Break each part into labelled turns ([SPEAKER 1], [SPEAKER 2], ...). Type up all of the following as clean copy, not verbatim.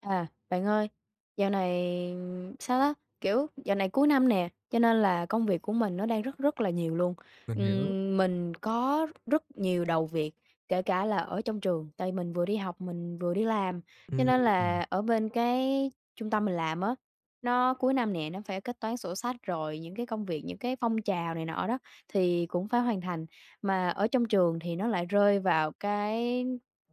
[SPEAKER 1] À, bạn ơi, dạo này sao đó, kiểu, dạo này cuối năm nè, cho nên là công việc của mình nó đang rất rất là nhiều luôn.
[SPEAKER 2] Mình hiểu.
[SPEAKER 1] Mình có rất nhiều đầu việc, kể cả là ở trong trường, tại mình vừa đi học, mình vừa đi làm. Cho nên
[SPEAKER 2] Ừm.
[SPEAKER 1] là ở bên cái trung tâm mình làm á, nó cuối năm nè, nó phải kết toán sổ sách rồi những cái công việc, những cái phong trào này nọ đó thì cũng phải hoàn thành. Mà ở trong trường thì nó lại rơi vào cái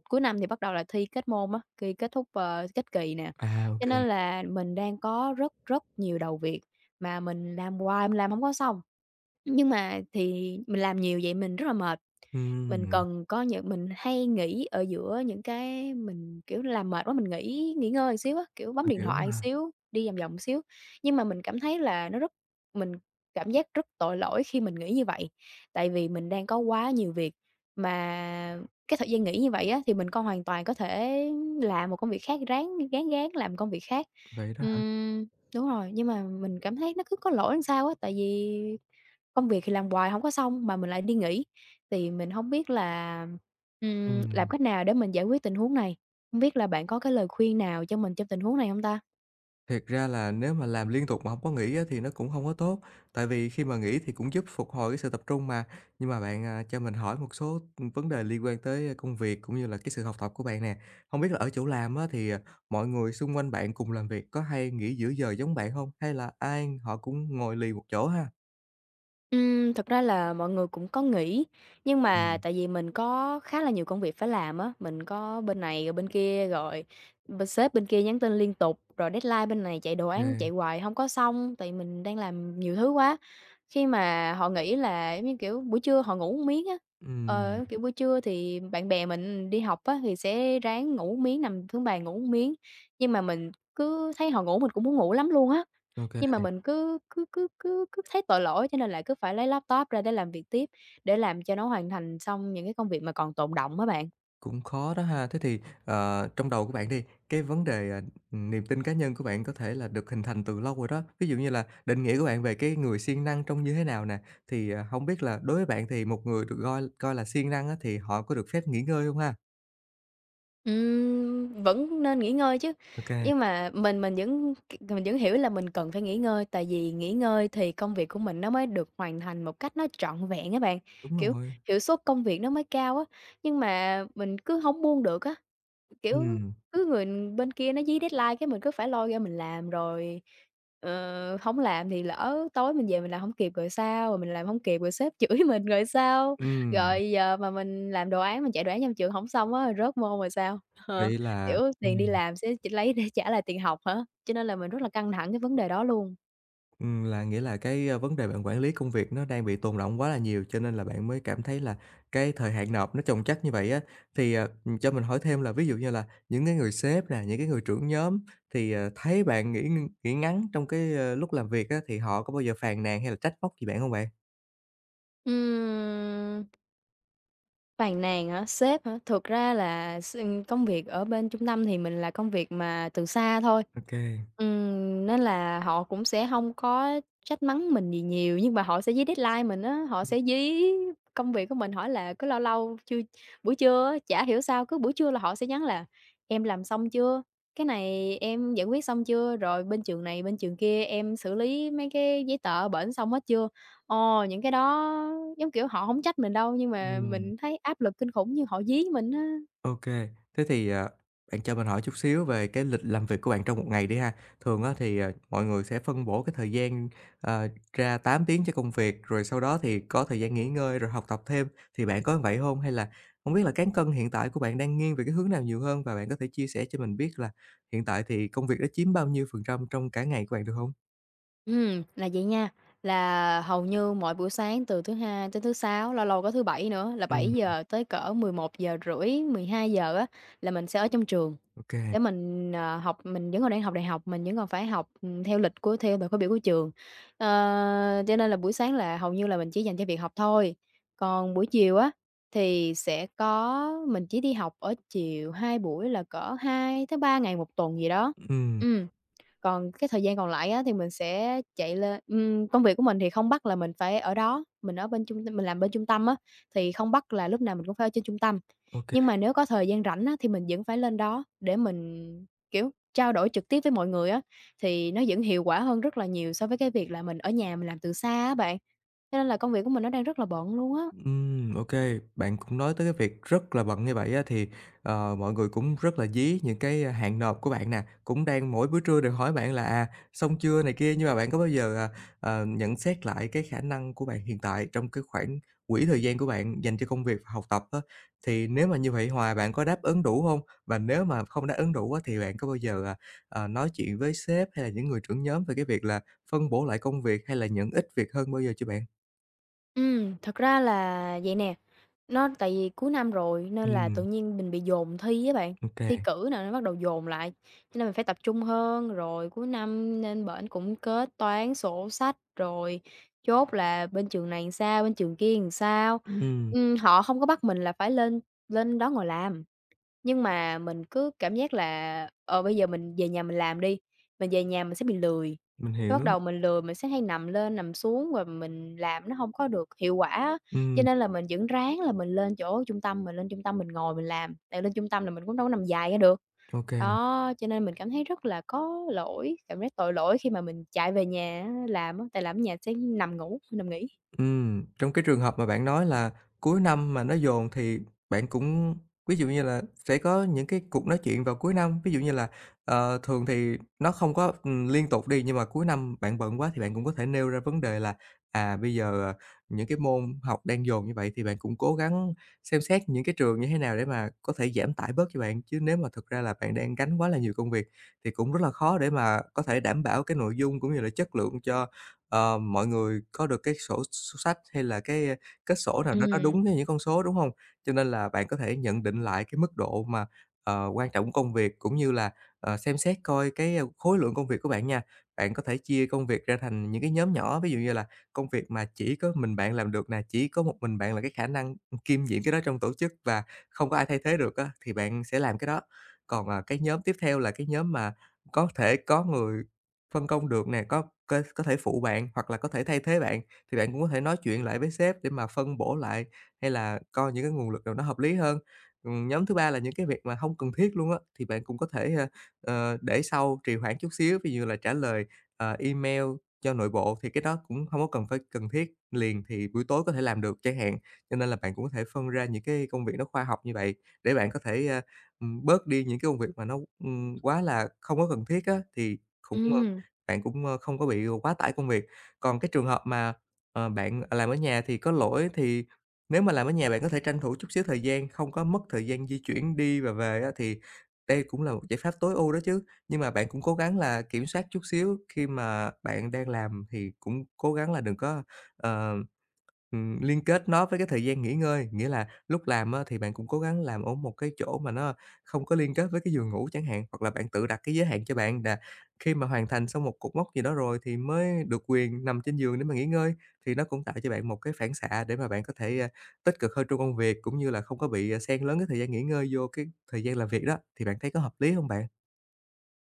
[SPEAKER 1] cuối năm thì bắt đầu là thi kết môn á, khi kết thúc, kết kỳ nè,
[SPEAKER 2] À. Ô
[SPEAKER 1] cho
[SPEAKER 2] kê.
[SPEAKER 1] nên là mình đang có rất rất nhiều đầu việc mà mình làm hoài, mình làm không có xong. Nhưng mà thì mình làm nhiều vậy mình rất là mệt. Mình
[SPEAKER 2] Ừm.
[SPEAKER 1] cần có những mình hay nghỉ ở giữa những cái mình, kiểu, làm mệt quá mình nghỉ nghỉ ngơi xíu á, kiểu, bấm
[SPEAKER 2] Mình
[SPEAKER 1] điện
[SPEAKER 2] hiểu
[SPEAKER 1] thoại
[SPEAKER 2] mà.
[SPEAKER 1] xíu, đi vòng vòng xíu. Nhưng mà mình cảm thấy là nó rất mình cảm giác rất tội lỗi khi mình nghĩ như vậy, tại vì mình đang có quá nhiều việc, mà cái thời gian nghỉ như vậy á, thì mình còn hoàn toàn có thể làm một công việc khác, ráng ráng ráng làm công việc khác.
[SPEAKER 2] Vậy đó hả?
[SPEAKER 1] Ừm, đúng rồi, nhưng mà mình cảm thấy nó cứ có lỗi làm sao á, tại vì công việc thì làm hoài không có xong mà mình lại đi nghỉ. Thì mình không biết là, làm
[SPEAKER 2] Ừm,
[SPEAKER 1] cách nào để mình giải quyết tình huống này? Không biết là bạn có cái lời khuyên nào cho mình trong tình huống này không ta?
[SPEAKER 2] Thiệt ra là nếu mà làm liên tục mà hông có nghỉ á thì nó cũng hông có tốt, tại vì khi mà nghỉ thì cũng giúp phục hồi cái sự tập trung mà. Nhưng mà bạn, cho mình hỏi một số, vấn đề liên quan tới công việc cũng như là cái sự học tập của bạn nè. Hông biết là ở chỗ làm á thì, mọi người xung quanh bạn cùng làm việc có hay nghỉ giữa giờ giống bạn hông? Hay là ai họ cũng ngồi lì một chỗ ha?
[SPEAKER 1] Thật ra là mọi người cũng có nghỉ, nhưng mà
[SPEAKER 2] Ừm.
[SPEAKER 1] tại vì mình có khá là nhiều công việc phải làm á, mình có bên này rồi bên kia, rồi sếp bên kia nhắn tin liên tục, rồi deadline bên này chạy
[SPEAKER 2] Ô
[SPEAKER 1] đồ án
[SPEAKER 2] kê.
[SPEAKER 1] chạy hoài không có xong, tại mình đang làm nhiều thứ quá. Khi mà họ nghĩ là, giống như kiểu, buổi trưa họ ngủ một miếng á,
[SPEAKER 2] Ừm.
[SPEAKER 1] kiểu, buổi trưa thì bạn bè mình đi học á thì sẽ ráng ngủ một miếng, nằm xuống bàn ngủ một miếng, nhưng mà mình cứ thấy họ ngủ mình cũng muốn ngủ lắm luôn á.
[SPEAKER 2] Ô kê.
[SPEAKER 1] Nhưng mà mình cứ cứ cứ cứ cứ thấy tội lỗi cho nên là cứ phải lấy laptop ra để làm việc tiếp, để làm cho nó hoàn thành xong những cái công việc mà còn tồn đọng á bạn.
[SPEAKER 2] Cũng khó đó ha. Thế thì, trong đầu của bạn đi, cái vấn đề, niềm tin cá nhân của bạn có thể là được hình thành từ lâu rồi đó. Ví dụ như là định nghĩa của bạn về cái người siêng năng trông như thế nào nè, thì, hông biết là đối với bạn thì một người được coi coi là siêng năng á, thì họ có được phép nghỉ ngơi không ha?
[SPEAKER 1] Vẫn nên nghỉ ngơi chứ,
[SPEAKER 2] OK.
[SPEAKER 1] nhưng mà mình vẫn hiểu là mình cần phải nghỉ ngơi, tại vì nghỉ ngơi thì công việc của mình nó mới được hoàn thành một cách nó trọn vẹn á bạn,
[SPEAKER 2] Đúng
[SPEAKER 1] kiểu,
[SPEAKER 2] rồi.
[SPEAKER 1] hiệu suất công việc nó mới cao á, nhưng mà mình cứ không buông được á. Kiểu,
[SPEAKER 2] Ừm.
[SPEAKER 1] cứ người bên kia nó dí deadline cái mình cứ phải lôi ra mình làm rồi, hổng làm thì lỡ tối mình về mình làm hổng kịp rồi sao? Rồi mình làm hông kịp rồi sếp chửi mình rồi sao?
[SPEAKER 2] Ừm.
[SPEAKER 1] Rồi giờ mà mình làm đồ án, mình chạy đồ án trong trường hổng xong á, rớt môn rồi sao? Ờ,
[SPEAKER 2] Vậy là
[SPEAKER 1] kiểu, tiền đi
[SPEAKER 2] ừm.
[SPEAKER 1] làm sẽ chỉ lấy để trả lại tiền học hả? Cho nên là mình rất là căng thẳng cái vấn đề đó luôn.
[SPEAKER 2] Là nghĩa là cái, vấn đề bạn quản lý công việc nó đang bị tồn đọng quá là nhiều, cho nên là bạn mới cảm thấy là cái thời hạn nộp nó chồng chất như vậy á. Thì, cho mình hỏi thêm là ví dụ như là những cái người sếp nè, những cái người trưởng nhóm thì, thấy bạn nghỉ ngắn trong cái, lúc làm việc á, thì họ có bao giờ phàn nàn hay là trách móc gì bạn không bạn?
[SPEAKER 1] Ừm. Phàn nàn hả? Sếp hả? Thực ra là công việc ở bên trung tâm thì mình là công việc mà từ xa thôi,
[SPEAKER 2] Ô.
[SPEAKER 1] nên là họ cũng sẽ không có trách mắng mình gì nhiều, nhưng mà họ sẽ dí deadline mình á, họ sẽ dí công việc của mình, hỏi là cứ lâu lâu chưa buổi trưa á, chả hiểu sao cứ buổi trưa là họ sẽ nhắn là "Em làm xong chưa? Cái này em giải quyết xong chưa? Rồi bên trường này, bên trường kia em xử lý mấy cái giấy tờ bển xong hết chưa?" Ờ, những cái đó, giống kiểu, họ hổng trách mình đâu, nhưng mà
[SPEAKER 2] Ừm.
[SPEAKER 1] mình thấy áp lực kinh khủng như họ dí mình á.
[SPEAKER 2] OK. Thế thì, bạn cho mình hỏi chút xíu về cái lịch làm việc của bạn trong một ngày đi ha. Thường á thì, mọi người sẽ phân bổ cái thời gian, ờ, ra 8 tiếng cho công việc, rồi sau đó thì có thời gian nghỉ ngơi, rồi học tập thêm, thì bạn có vậy không? Hay là không biết là cán cân hiện tại của bạn đang nghiêng về cái hướng nào nhiều hơn? Và bạn có thể chia sẻ cho mình biết là hiện tại thì công việc đã chiếm bao nhiêu phần trăm trong cả ngày của bạn được không?
[SPEAKER 1] Là vậy nha, là hầu như mỗi buổi sáng từ thứ Hai tới thứ Sáu, lâu lâu có thứ Bảy nữa là bảy
[SPEAKER 2] Ừm.
[SPEAKER 1] giờ tới cỡ 10, 11 giờ rưỡi, 12 giờ á, là mình sẽ ở trong trường
[SPEAKER 2] OK.
[SPEAKER 1] để mình, học. Mình vẫn còn đang học đại học, mình vẫn còn phải học, theo thời khóa biểu của trường. Ờ, cho nên là buổi sáng là hầu như là mình chỉ dành cho việc học thôi. Còn buổi chiều á, thì sẽ có mình chỉ đi học ở chiều 2 buổi là cỡ 2 tới 3 ngày một tuần gì đó.
[SPEAKER 2] Ừm.
[SPEAKER 1] Ừm. Còn cái thời gian còn lại á, thì mình sẽ chạy lên công việc của mình thì không bắt là mình phải ở đó, mình làm bên trung tâm á, thì không bắt là lúc nào mình cũng phải ở trên trung tâm.
[SPEAKER 2] OK.
[SPEAKER 1] Nhưng mà nếu có thời gian rảnh á, thì mình vẫn phải lên đó để mình, kiểu, trao đổi trực tiếp với mọi người á, thì nó vẫn hiệu quả hơn rất là nhiều so với cái việc là mình ở nhà mình làm từ xa á bạn. Cho nên là công việc của mình nó đang rất là bận luôn á.
[SPEAKER 2] Ừm. Ô. Bạn cũng nói tới cái việc rất là bận như vậy á, thì, mọi người cũng rất là dí những cái, hạn nộp của bạn nè, cũng đang mỗi bữa trưa đều hỏi bạn là, xong chưa này kia. Nhưng mà bạn có bao giờ, nhận xét lại cái khả năng của bạn hiện tại trong cái khoảng quỹ thời gian của bạn dành cho công việc và học tập á, thì nếu mà như vậy hoài bạn có đáp ứng đủ không? Và nếu mà không đáp ứng đủ á, thì bạn có bao giờ, nói chuyện với sếp hay là những người trưởng nhóm về cái việc là phân bổ lại công việc hay là nhận ít việc hơn bao giờ chưa bạn?
[SPEAKER 1] Ừ, thật ra là vậy nè, nó tại vì cuối năm rồi nên là tự
[SPEAKER 2] Ừm.
[SPEAKER 1] nhiên mình bị dồn thi á bạn,
[SPEAKER 2] Ô.
[SPEAKER 1] thi cử nè, nó bắt đầu dồn lại, cho nên mình phải tập trung hơn. Rồi cuối năm nên bển cũng kết toán, sổ sách, rồi chốt là bên trường này làm sao, bên trường kia làm sao.
[SPEAKER 2] Ừm.
[SPEAKER 1] Họ không có bắt mình là phải lên lên đó ngồi làm. Nhưng mà mình cứ cảm giác là, ờ, bây giờ mình về nhà mình làm đi, mình về nhà mình sẽ bị lười,
[SPEAKER 2] Mình
[SPEAKER 1] cái bắt
[SPEAKER 2] hiểu.
[SPEAKER 1] đầu mình lười mình sẽ hay nằm lên nằm xuống và mình làm nó không có được hiệu quả á. Cho
[SPEAKER 2] Ừm.
[SPEAKER 1] nên là mình vẫn ráng là mình lên chỗ trung tâm, mình lên trung tâm mình ngồi mình làm, tại lên trung tâm là mình cũng đâu có nằm dài ra được.
[SPEAKER 2] Ô.
[SPEAKER 1] Đó, cho nên mình cảm thấy rất là có lỗi, cảm giác tội lỗi khi mà mình chạy về nhà á làm á, tại làm ở nhà sẽ nằm ngủ, nằm nghỉ.
[SPEAKER 2] Trong cái trường hợp mà bạn nói là cuối năm mà nó dồn thì bạn cũng ví dụ như là sẽ có những cái cuộc nói chuyện vào cuối năm, ví dụ như là, thường thì nó không có, liên tục đi, nhưng mà cuối năm bạn bận quá thì bạn cũng có thể nêu ra vấn đề là, bây giờ, những cái môn học đang dồn như vậy thì bạn cũng cố gắng xem xét những cái trường như thế nào để mà có thể giảm tải bớt cho bạn. Chứ nếu mà thực ra là bạn đang gánh quá là nhiều công việc thì cũng rất là khó để mà có thể đảm bảo cái nội dung cũng như là chất lượng cho mọi người có được cái sổ sổ sách hay là cái, kết sổ nào đó nó
[SPEAKER 1] Ừ.
[SPEAKER 2] đúng với những con số, đúng hông? Cho nên là bạn có thể nhận định lại cái mức độ mà, quan trọng của công việc, cũng như là, xem xét coi cái, khối lượng công việc của bạn nha. Bạn có thể chia công việc ra thành những cái nhóm nhỏ, ví dụ như là công việc mà chỉ có mình bạn làm được nè, chỉ có một mình bạn là cái khả năng, kiêm nhiệm cái đó trong tổ chức và không có ai thay thế được á, thì bạn sẽ làm cái đó. Còn, cái nhóm tiếp theo là cái nhóm mà có thể có người phân công được nè, có thể phụ bạn hoặc là có thể thay thế bạn, thì bạn cũng có thể nói chuyện lại với sếp để mà phân bổ lại, hay là coi những cái nguồn lực nào nó hợp lý hơn. Nhóm thứ ba là những cái việc mà không cần thiết luôn á, thì bạn cũng có thể, để sau, trì hoãn chút xíu, ví dụ như là trả lời, email cho nội bộ thì cái đó cũng không có cần phải cần thiết liền thì buổi tối có thể làm được chẳng hạn. Cho nên là bạn cũng có thể phân ra những cái công việc nó khoa học như vậy để bạn có thể, bớt đi những cái công việc mà nó, quá là không có cần thiết á, thì cũng,
[SPEAKER 1] Ừ.
[SPEAKER 2] bạn cũng, không có bị quá tải công việc. Còn cái trường hợp mà, bạn làm ở nhà thì có lỗi thì nếu mà làm ở nhà bạn có thể tranh thủ chút xíu thời gian, không có mất thời gian di chuyển đi và về á, thì đây cũng là một giải pháp tối ưu đó chứ. Nhưng mà bạn cũng cố gắng là kiểm soát chút xíu khi mà bạn đang làm thì cũng cố gắng là đừng có, ờ liên kết nó với cái thời gian nghỉ ngơi, nghĩa là lúc làm á thì bạn cũng cố gắng làm ở một cái chỗ mà nó không có liên kết với cái giường ngủ chẳng hạn, hoặc là bạn tự đặt cái giới hạn cho bạn là khi mà hoàn thành xong một cột mốc gì đó rồi thì mới được quyền nằm trên giường để mà nghỉ ngơi, thì nó cũng tạo cho bạn một cái phản xạ để mà bạn có thể, tích cực hơn trong công việc, cũng như là không có bị, xen lấn cái thời gian nghỉ ngơi vô cái thời gian làm việc đó, thì bạn thấy có hợp lý không bạn?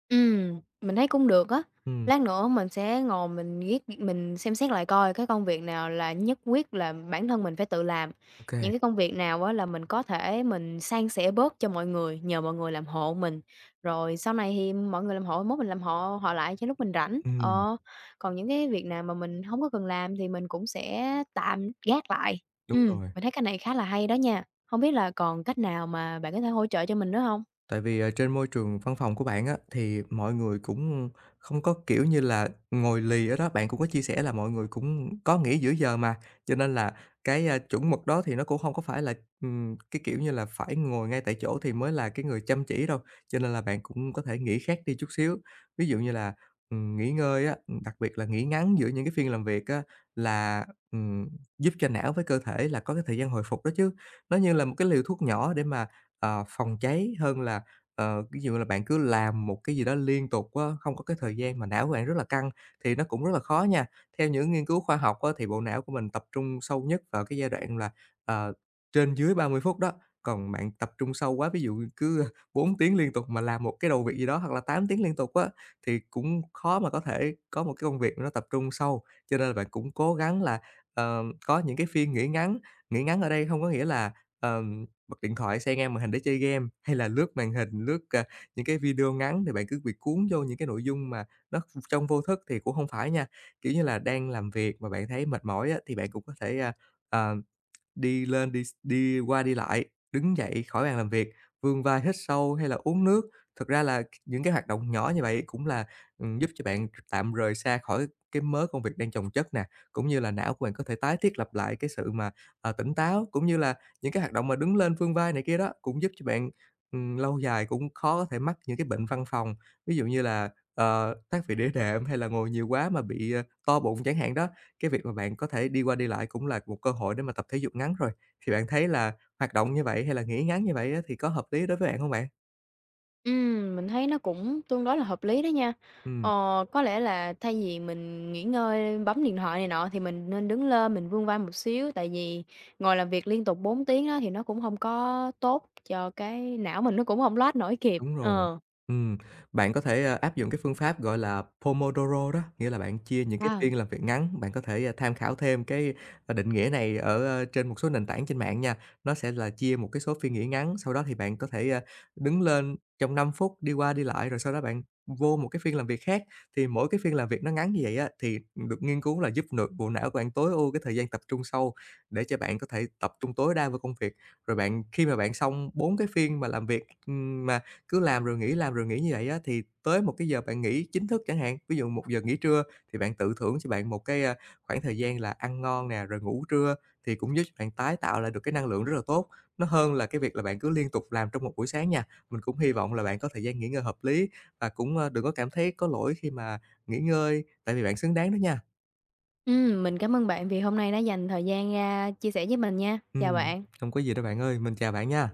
[SPEAKER 1] Mình thấy cũng được á.
[SPEAKER 2] Ừm.
[SPEAKER 1] Lát nữa mình sẽ ngồi mình viết mình xem xét lại coi cái công việc nào là nhất quyết là bản thân mình phải tự làm,
[SPEAKER 2] Ô kê.
[SPEAKER 1] những cái công việc nào á là mình có thể mình san sẻ bớt cho mọi người, nhờ mọi người làm hộ mình, rồi sau này thì mọi người làm hộ, mốt mình làm hộ họ lại cho lúc mình rảnh. Ờ, còn những cái việc nào mà mình hông có cần làm thì mình cũng sẽ tạm gác lại.
[SPEAKER 2] Đúng rồi.
[SPEAKER 1] Mình thấy cái này khá là hay đó nha. Hông biết là còn cách nào mà bạn có thể hỗ trợ cho mình nữa hông?
[SPEAKER 2] Tại vì, trên môi trường văn phòng của bạn á, thì mọi người cũng không có, kiểu như là, ngồi lì ở đó, bạn cũng có chia sẻ là mọi người cũng có nghỉ giữa giờ mà, cho nên là cái, chuẩn mực đó thì nó cũng không có phải là, cái kiểu như là, phải ngồi ngay tại chỗ thì mới là cái người chăm chỉ đâu, cho nên là bạn cũng có thể nghỉ khác đi chút xíu. Ví dụ như là, nghỉ ngơi á, đặc biệt là nghỉ ngắn giữa những cái phiên làm việc á, là, ừm, giúp cho não với cơ thể là có cái thời gian hồi phục đó chứ. Nó như là một cái liều thuốc nhỏ để mà, phòng cháy hơn là. Ví dụ là bạn cứ làm một cái gì đó liên tục á, không có cái thời gian mà não của bạn rất là căng thì nó cũng rất là khó nha. Theo những nghiên cứu khoa học á, thì bộ não của mình tập trung sâu nhất vào cái giai đoạn là, ờ, trên dưới 30 phút đó, còn bạn tập trung sâu quá, ví dụ cứ 4 tiếng liên tục mà làm một cái đầu việc gì đó hoặc là 8 tiếng liên tục á, thì cũng khó mà có thể có một cái công việc nó tập trung sâu. Cho nên là bạn cũng cố gắng là, có những cái phiên nghỉ ngắn ở đây không có nghĩa là, ờ bật điện thoại sang ngang màn hình để chơi game, hay là lướt màn hình, lướt, những cái video ngắn thì bạn cứ bị cuốn vô những cái nội dung mà nó trong vô thức thì cũng không phải nha. Kiểu như là, đang làm việc mà bạn thấy mệt mỏi á, thì bạn cũng có thể, a, à đi lên, đi đi qua đi lại, đứng dậy khỏi bàn làm việc, vươn vai hít sâu hay là uống nước. Thực ra là những cái hoạt động nhỏ như vậy cũng là, giúp cho bạn tạm rời xa khỏi cái mớ công việc đang chồng chất nè, cũng như là não của bạn có thể tái thiết lập lại cái sự mà, tỉnh táo, cũng như là những cái hoạt động mà đứng lên vươn vai này kia đó, cũng giúp cho bạn, lâu dài cũng khó có thể mắc những cái bệnh văn phòng. Ví dụ như là, thoát vị đĩa đệm hay là ngồi nhiều quá mà bị, to bụng chẳng hạn đó. Cái việc mà bạn có thể đi qua đi lại cũng là một cơ hội để mà tập thể dục ngắn rồi, thì bạn thấy là hoạt động như vậy hay là nghỉ ngắn như vậy á, thì có hợp lý đối với bạn không bạn?
[SPEAKER 1] Mình thấy nó cũng tương đối là hợp lý đó nha.
[SPEAKER 2] Ừm.
[SPEAKER 1] Ờ, có lẽ là thay vì mình nghỉ ngơi bấm điện thoại này nọ thì mình nên đứng lên mình vươn vai một xíu, tại vì ngồi làm việc liên tục 4 tiếng đó thì nó cũng không có tốt cho cái não mình nó cũng không load nổi kịp.
[SPEAKER 2] Đúng rồi.
[SPEAKER 1] Ờ.
[SPEAKER 2] Ừm, Bạn có thể, áp dụng cái phương pháp, gọi là, Pomodoro đó, nghĩa là bạn chia những cái
[SPEAKER 1] À.
[SPEAKER 2] phiên làm việc ngắn. Bạn có thể, tham khảo thêm cái, định nghĩa này ở, trên một số nền tảng trên mạng nha. Nó sẽ là chia một cái số phiên nghỉ ngắn, sau đó thì bạn có thể, đứng lên trong 5 phút, đi qua đi lại, rồi sau đó bạn vô một cái phiên làm việc khác. Thì mỗi cái phiên làm việc nó ngắn như vậy á, thì được nghiên cứu là giúp nội bộ não của bạn tối ưu cái thời gian tập trung sâu để cho bạn có thể tập trung tối đa vào công việc. Rồi bạn khi mà bạn xong 4 cái phiên mà làm việc, mà cứ làm rồi nghỉ như vậy á, thì tới một cái giờ bạn nghỉ chính thức chẳng hạn, ví dụ 1 giờ nghỉ trưa thì bạn tự thưởng cho bạn một cái, khoảng thời gian là ăn ngon nè, rồi ngủ trưa thì cũng giúp cho bạn tái tạo lại được cái năng lượng rất là tốt. Nó hơn là cái việc là bạn cứ liên tục làm trong một buổi sáng nha. Mình cũng hy vọng là bạn có thời gian nghỉ ngơi hợp lý và cũng, đừng có cảm thấy có lỗi khi mà nghỉ ngơi, tại vì bạn xứng đáng đó nha.
[SPEAKER 1] Mình cảm ơn bạn vì hôm nay đã dành thời gian ra chia sẻ với mình nha. Chào
[SPEAKER 2] Ừm,
[SPEAKER 1] bạn.
[SPEAKER 2] Hông có gì đâu bạn ơi, mình chào bạn nha.